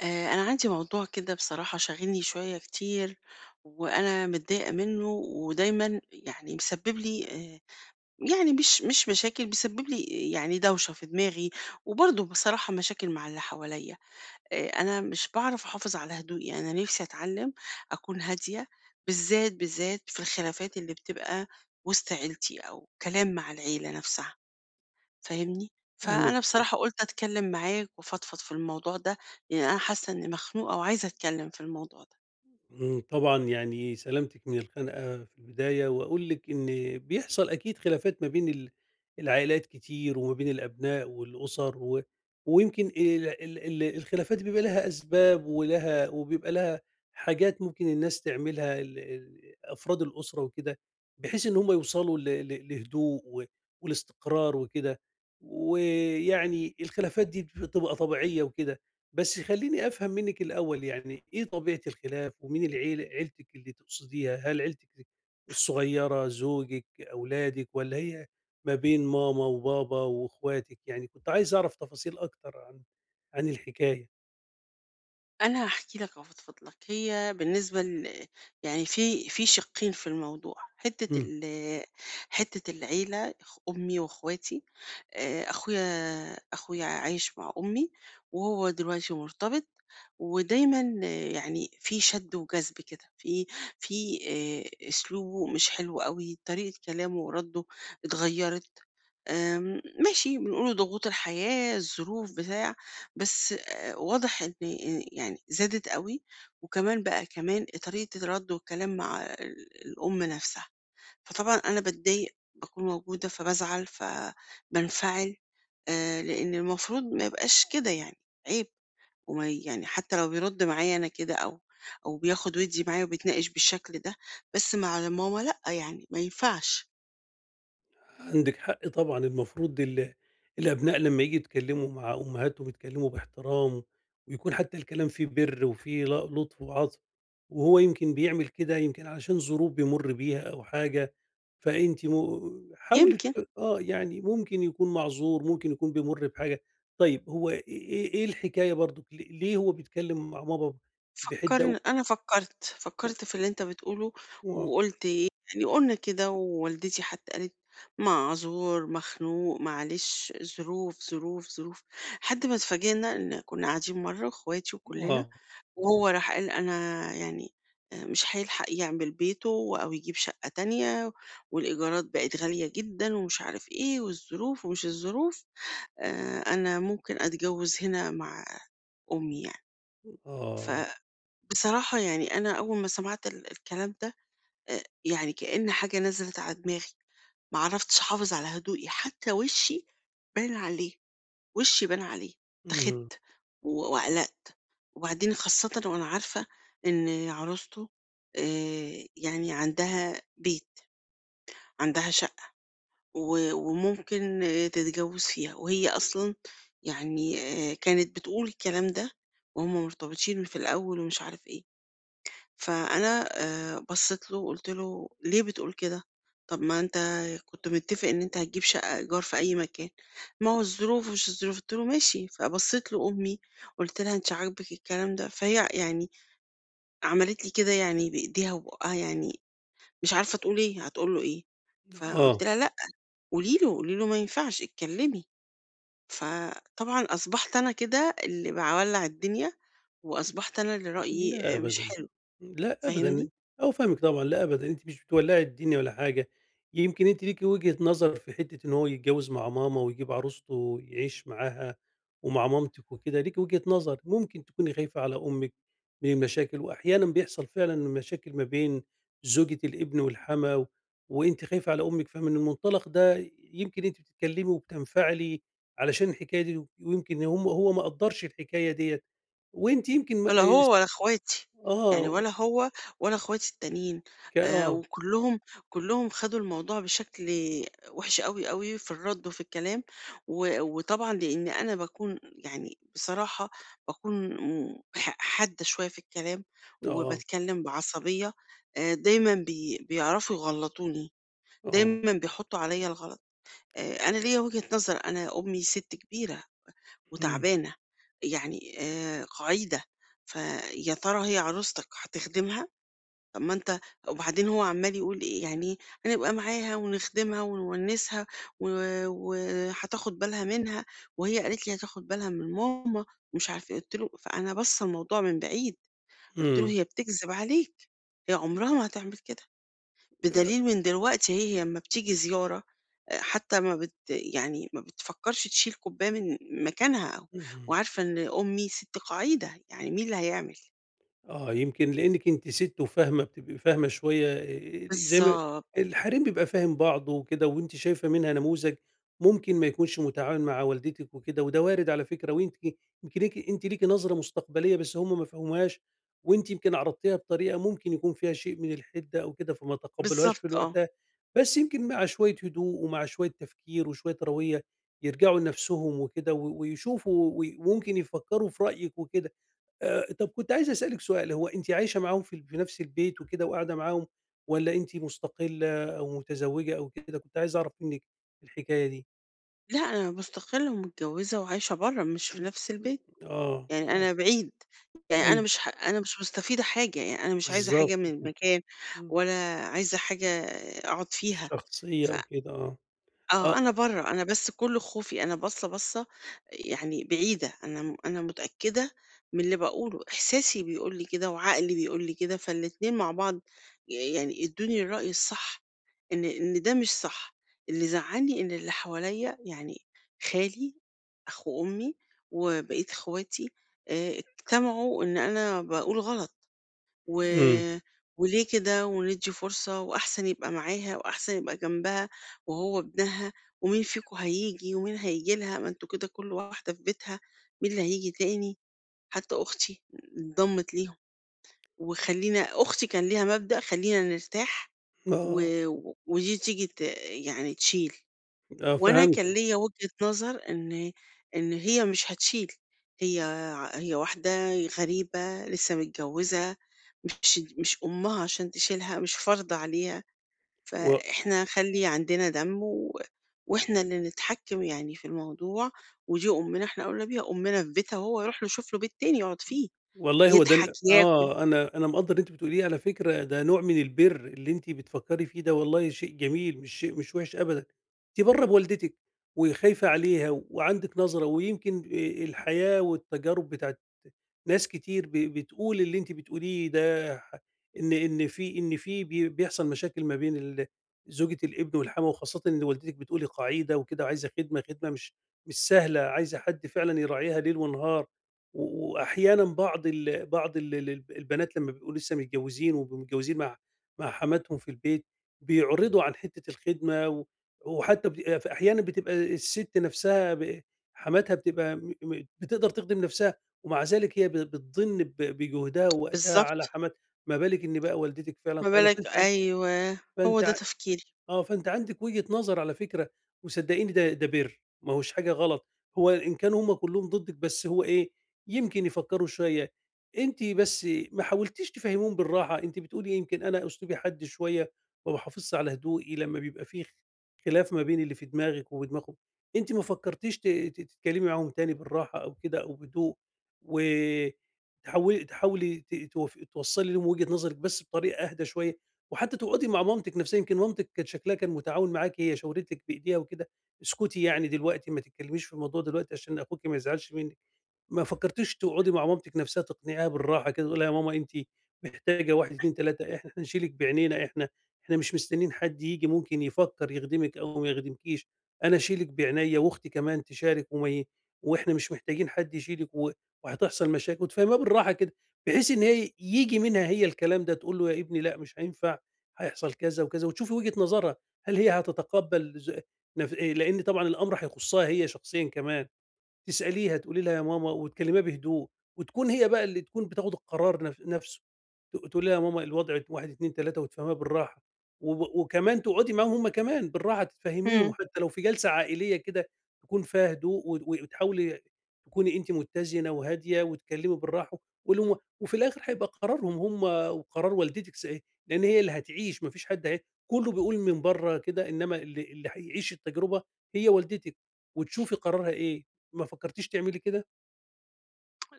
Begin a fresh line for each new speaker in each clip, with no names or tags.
أنا عندي موضوع كده بصراحة شاغلني شوية كتير وأنا متضايقة منه ودايما يعني مسبب لي آه، يعني مش مشاكل بيسبب لي يعني دوشة في دماغي وبرضه بصراحة مشاكل مع اللي حواليا. أنا مش بعرف أحافظ على هدوئي، أنا نفسي أتعلم أكون هادية، بالذات في الخلافات اللي بتبقى وسط عيلتي أو كلام مع العيلة نفسها. فاهمني؟ فأنا
فاهمِك طب.
بصراحة قُلت أتكلّم معاك وأفضفض في الموضوع ده، لإن أنا حاسة إنّي مخنوقة وعايزة أتكلّم في الموضوع ده.
طبعًا يعني سلامتِك من الخنقة في البداية، وأقول لِك إن بيحصل أكيد خلافات ما بين العائلات كتير وما بين الأبناء والأُسَر و ويمكن ال ال ال الخلافات بيبقى لها أسباب ولها وبيبقى لها حاجات ممكن الناس تعملها ال ال أفراد الأسرة وكده، بحيث إن هم يوصلوا ل ل لهدوء و والاستقرار وكده، ويعني الخلافات دي بتبقى طبيعية وكده. بس خلّيني أفهم منِّك الأول، يعني إيه طبيعة الخلاف ومين عيلتِك اللي تقصديها؟ هل عيلتِك الصغيّرة، زوجِك، أولادِك والّا هي ما بين ماما وبابا وأخواتِك؟ يعني كنت عايز أعرف تفاصيل أكتر عن الحكاية.
أنا هاحكي لك وأفضفض لك. هي بالنسبة يعني في شِقّين في الموضوع،
إمم.
حتّة العيلة، أخ أمي وأخواتي. أخويا عايش مع أمي، وهو دلوقتي مرتبط، ودايمًا يعني في شد وجذب كده، في أسلوبه مش حلو أوي، طريقة كلامه ورَدُّه اتغيّرت. آمم ماشي، بنقول ضغوط الحياة، الظروف، بتاع، بس واضح إن يعني زادت أوي، وكمان بقى كمان طريقة الرَد والكلام مع الأم نَفْسها. فطبعًا أنا باتضايق، باكون موجودة فبازعل، فبانفعل. لإن المفروض ما يبقاش كده يعني، عيب. وما يعني حتى لو بيرد معايا أنا كده أو بياخد ويدّي معايا وبيتناقش بالشكل ده، بس مع ماما لأ، يعني ما ينفعش.
عندِك حق طبعًا، المفروض الأبناء لمّا ييجوا يتكلّموا مع أمهاتهم يتكلّموا باحترام، ويكون حتّى الكلام فيه بِر وفيه لطف وعطف. وهو يمكن بيعمل كده يمكن علشان ظروف بيمُر بيها أو حاجة، فأنتِ م حاولي
يمكن.
ت آه، يعني ممكن يكون معذور، ممكن يكون بيمُر بحاجة. طيب هو إيه الحكاية برضُك ليه هو بيتكلّم مع بابا بحِدّة و
أنا فكرت في اللي أنت بتقوله،
و آه،
وقُلت إيه، يعني قُلنا كده، ووالدتي حتى قالت: "معذور، مخنوق، معلش، ظروف، ظروف، ظروف." لحد ما اتفاجئنا إن كنا قاعدين مرّة اخواتي وكلنا،
آه.
وهو راح قال: "أنا يعني مش هيلحق يعمل بيته أو يجيب شقة تانية، والإيجارات بقت غالية جدًا." ومش عارف إيه، "والظروف ومش الظروف، أنا ممكن أتجوّز هنا مع أمي يعني." ف
آه.
بصراحة يعني أنا أول ما سمعت الكلام ده، يعني كأن حاجة نزلت على دماغي، ما عرفتش أحافظ على هدوئي، حتى وشي بان عليه، وشي بان عليه.
اهم.
اتخذت وقلقت. وبعدين خاصة وأنا عارفة إن عروسته يعني عندها بيت، عندها شقة، و- وممكن تتجوز فيها، وهي أصلا يعني كانت بتقول الكلام ده، وهم مرتبطين في الأول ومش عارف إيه. فأنا بصّيت له وقُلت له: "ليه بتقول كده؟ طَب ما أنت كنت متّفق إن أنت هتجيب شقة إيجار في أي مكان، ما هو الظروف ومش الظروف." قُلت له: "ماشي." فبصّيت لأمي، قُلت لها: "أنتِ عاجبِك الكلام ده؟" فهي يعني عملت لي كده يعني بإيديها وبُقّها، يعني مش عارفة تقول إيه، هتقول له إيه؟ فقُلت
آه.
لها: "لأ، قولي له، قولي له ما ينفعش، اتكلّمي." فطبعًا أصبحت أنا كده اللي باولّع الدنيا، وأصبحت أنا اللي
لا
رأيي مش
أبدًا،
حلو.
لأ
فاهمني؟
أبدًا. أيوه فاهمِك طبعًا، لأ أبدًا، أنتِ مش بتولّعي الدنيا ولا حاجة، يمكن أنتِ ليكِ وجهة نظر في حتة إن هو يتجوّز مع ماما ويجيب عروسته يعيش معاها ومع مامتِك وكده، ليكِ وجهة نظر، ممكن تكوني خايفة على أمِك من المشاكل، وأحيانًا بيحصل فعلًا مشاكل ما بين زوجة الابن والحَمَا، وأنتِ خايفة على أمِك، فمن المنطلق ده يمكن أنتِ بتتكلّمي وبتنفعلي علشان الحكاية دي، ويمكن هو ما قدّرش الحكاية ديّة، وأنتِ يمكن ما
ولا هو ولا اخواتي، يعني
آه،
ولا هو ولا اخواتي التانيين،
آه.
وكلّهم خدوا الموضوع بشكل وِحِش أوي، أوي في الرَّد وفي الكلام. و وطبعًا لإن أنا باكون يعني بصراحة باكون م ح حادة شوية في الكلام،
آه.
وباتكلم بعصبية، دايمًا بيعرفوا يغلطوني،
آه.
دايمًا بيحطوا عليَّ الغلط. أنا ليّا وجهة نظر، أنا أمي سِت كبيرة
إمم.
وتعبانة، يعني قعيدة. فيا ترى هي عروستك هتخدمها؟ طب ما أنت وبعدين هو عمّال يقول إيه يعني هنبقى معاها ونخدمها ونونسها و وهتاخد بالها منها، وهي قالت لي هتاخد بالها من ماما ومش عارف إيه. قُلت له، فأنا باصّة الموضوع من بعيد، قُلت له:
إمم.
"هي بتكذب عليك، هي عمرها ما هتعمل كده."
آآ،
بدليل من دلوقتي أهي، أمّا بتيجي زيارة حتى ما بت يعني ما بتفكّرش تشيل كوباية من مكانها،
اهم.
وعارفة إن أمي سِت قعيدة، يعني مين اللي هيعمل؟
آه، يمكن لإنِّك أنتِ سِت وفاهمة بتبقي فاهمة شوية، زي ما
بالضبط،
الحريم بيبقى فاهم بعضه وكده، وأنتِ شايفة منها نموذج ممكن ما يكونش متعاون مع والدتِك وكده، وده وارد على فكرة، وأنتِ يمكن أنتِ ليكِ نظرة مستقبلية بس هم ما فهموهاش، وأنتِ يمكن عرضتيها بطريقة ممكن يكون فيها شيء من الحِدة أو كده، فما تقبلوهاش في
بالضبط آه.
وقتها. بس يمكن مع شوية هدوء ومع شوية تفكير وشوية روية يرجعوا لنفسهم وكده ويشوفوا و وممكن يفكّروا في رأيِك وكده. طب كنت عايز أسألِك سؤال، هو أنتِ عايشة معاهم في في نفس البيت وكده وقاعدة معاهم والّا أنتِ مستقلة أو متزوجة أو كده؟ كنت عايز أعرف منِّك الحكاية دي.
لأ، أنا مستقلة ومتجوزة وعايشة برّه، مش في
إمم.
نفس
إمم.
البيت،
آه.
يعني
آه.
أنا بعيد، يعني أنا
أيوه.
مش ح أنا مش مستفيدة حاجة، يعني أنا مش عايزة
بالضبط
حاجة من
كده.
المكان،
إمم.
ولا عايزة حاجة أقعد فيها.
الشخصية
ف
أو كده. آه. آه.
آه، أنا برّه، أنا بس كل خوفي، أنا باصّة، باصّة يعني بعيدة، أنا متأكدة من اللي باقوله، إحساسي بيقول لي كده وعقلي بيقول لي كده، فالاتنين مع بعض يعني ادّوني الرأي الصح، إن ده مش صح. اللي زعّلني إن اللي حواليّا يعني خالي، أخو أمي، وبقية إخواتي اجتمعوا إن أنا باقول غلط. و...
إمم.
وليه كده، وندي فرصة، وأحسن يبقى معاها، وأحسن يبقى جنبها، وهو ابنها، ومين فيكم هيجي، ومين هيجي لها، ما انتوا كده كل واحدة في بيتها، مين اللي هيجي تاني. حتى أختي انضمت ليهم، وخلينا، أختي كان ليها مبدأ خلينا نرتاح و...
آه.
و- ودي تيجي يعني تشيل.
آه،
وأنا كان
فهمتِك.
ليّا وجهة نظر إن هي مش هتشيل، هي هي واحدة غريبة لسه متجوزة، مش أمها عشان تشيلها، مش فارضة عليها.
و
فإحنا خلّي عندنا دم، و وإحنا اللي نتحكم يعني في الموضوع، ودي أمنا إحنا أولى بيها، أمنا في بيتها، وهو يروح له يشوف له بيت تاني يقعد فيه.
والله هو ده
يضحك،
ال
ياكل،
آه، أنا مقدّر اللي أنتِ بتقوليه على فكرة، ده نوع من البِر اللي أنتِ بتفكّري فيه ده، والله شيء جميل، مش شيء مش وِحِش أبدًا. أنتِ برّه بوالدتِك وخايفة عليها وعندِك نظرة، ويمكن الحياة والتجارب بتاعة ناس كتير بتقول اللي أنتِ بتقوليه ده، ح إن إن في إن في بي بيحصل مشاكل ما بين زوجة الابن والحَمَاة، وخاصةً إن والدتِك بتقولي قَعيدة وكده وعايزة خدمة، خدمة مش سهلة، عايزة حد فعلًا يراعيها ليل ونهار، و وأحيانًا بعض ال بعض ال ال البنات لمّا بيبقوا لسه متجوزين وبيبقوا متجوزين مع حماتهم في البيت، بيعرضوا عن حتة الخدمة، و وحتى أحيانًا بتبقى السِت نفسها حماتها بتبقى م م بتقدر تخدم نفسها، ومع ذلك هي بتضِن بجهدها ووقتها على
بالضبط،
حماتها، ما بالِك إن بقى والدتِك فعلًا
ما
قاعدة.
بالك أيوه، هو ده
فأنتِ
تفكيري.
فأنتِ عندِك وجهة نظر على فكرة، وصدقيني ده بِر، ما هوش حاجة غلط. هو إن كانوا هُم كلّهم ضدِّك بس هو إيه، يمكن يفكّروا شوية. أنتِ بس ما حاولتيش تفهّميهم بالراحة، أنتِ بتقولي يمكن أنا أسلوبي حاد شوية، ما باحافظش على هدوئي لمّا بيبقى في خلاف ما بين اللي في دماغِك وفي دماغهم. أنتِ ما فكّرتيش ت ت تتكلّمي معاهم تاني بالراحة أو كده أو بهدوء، و تحاول تحاولي ت توف توصّلي لهم وجهة نظرِك بس بطريقة أهدى شوية؟ وحتى تقعدي مع مامتِك نفسها، يمكن مامتِك كان شكلها كان متعاون معاكِ، هي شاورِت لِك بإيديها وكده، اسكتي يعني دلوقتي ما تتكلميش في الموضوع دلوقتي عشان أخوكِ ما يزعلش منِّك. ما فكرتيش تقعدي مع مامتِك نفسها تقنعيها بالراحة كده، تقولي لها: يا ماما أنتِ محتاجة 1، 2، 3، إحنا هنشيلِك بعينينا، إحنا مش مستنيين حد ييجي ممكن يفكر يخدمِك أو ما يخدمكيش، أنا أشيلِك بعينيا وأختي كمان تشارك، وما ي وإحنا مش محتاجين حد يشيلِك، وهتحصل مشاكل، وتفهميها بالراحة كده، بحيث إن هي ييجي منها هي الكلام ده، تقول له: يا ابني لأ مش هينفع، هيحصل كذا وكذا، وتشوفي وجهة نظرها، هل هي هتتقبل؟ ز نف لإن طبعًا الأمر هيخصها هي شخصيًا كمان. تسأليها، تقولي لها: "يا ماما" وتكلميها بهدوء، وتكون هي بقى اللي تكون بتاخد القرار نفسه، تقولي لها: "يا ماما الوضع 1، 2، 3" وتفهميها بالراحة، وكمان تقعدي معاهم هُم كمان بالراحة، تفهميهم،
إمم.
وحتى لو في جلسة عائلية كده تكون فيها هدوء، وتحاولي تكوني أنتِ متزنة وهادية، وتكلمي بالراحة، وفي الآخر هيبقى قرارهم هُم وقرار والدتِك، لأن هي اللي هتعيش، ما فيش حد، هي كله بيقول من برّه كده، إنما اللي هيعيش التجربة هي والدتِك، وتشوفي قرارها إيه. ما فكّرتيش تعملي كده؟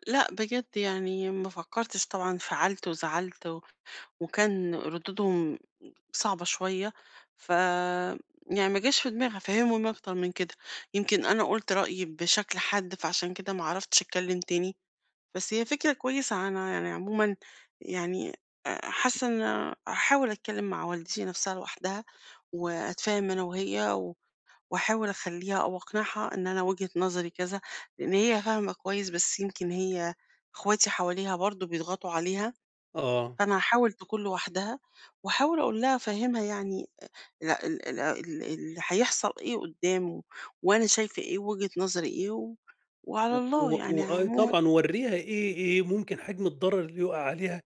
لأ بجد، يعني ما فكّرتش، طبعًا فعَلت وزعلت، و وكان ردودهم صعبة شوية. ف يعني ما جاش في دماغي أفهّمهم أكتر من كده، يمكن أنا قُلت رأيي بشكل حاد، فعشان كده ما عرفتش أتكلّم تاني. بس هي فكرة كويسة، أنا يعني عمومًا يعني حاسّة إن هاحاول أتكلّم مع والدتي نَفْسها لوحدها، وأتفاهم أنا وهي، و واحاول اخليها او اقنعها ان انا وجهة نظري كذا، لان هي فاهمة كويس، بس يمكن هي اخواتي حواليها برضو بيضغطوا عليها.
آه.
فانا هحاول تكون لوحدها، واحاول اقول لها، افهمها، يعني اللي هيحصل ايه قدامه، وانا شايفة ايه، وجهة نظري ايه،
و
وعلى الله
و
يعني
وآه
عموما.
طبعًا، وورّيها إيه ممكن حجم الضرر اللي يُقع عليها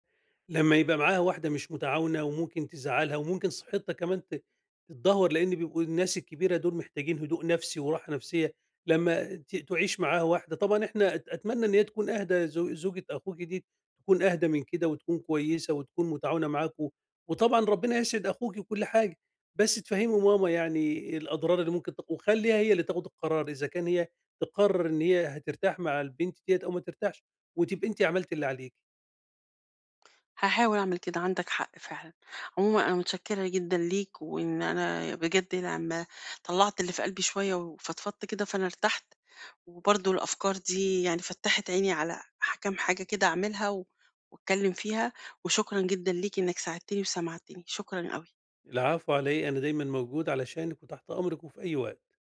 لمّا يبقى معاها واحدة مش متعاونة وممكن تزعّلها وممكن صحتها كمان تتدهور، لإن بيبقوا الناس الكبيرة دول محتاجين هدوء نفسي وراحة نفسية لمّا تعيش معاها واحدة. طبعًا إحنا أتمنى إن هي تكون أهدى، زوجة أخوكِ دي تكون أهدى من كده وتكون كويسة وتكون متعاونة معاكم، وطبعًا ربنا يسعد أخوكِ وكل حاجة. بس تفهّمي ماما يعني الأضرار اللي ممكن وخلّيها هي اللي تاخُد القرار، إذا كان هي تقرر إن هي هترتاح مع البنت ديّة أو ما ترتاحش، وتبقي أنتِ عملتِ اللي عليكِ.
هحاول اعمل كده، عندك حق فعلا. عموما انا متشكرة جدا ليك، وان انا بجد لما طلعت اللي في قلبي شوية وفضفضت كده فانا ارتحت، وبرضه الأفكار دي يعني فتّحت عيني على كام حاجة كده أعملها، و وأتكلّم فيها. وشكرًا جدًا ليك إنك ساعدتني وسمعتني، شكرًا أوي.
العفو على إيه، أنا دايمًا موجود علشانِك وتحت أمرِك وفي أي وقت.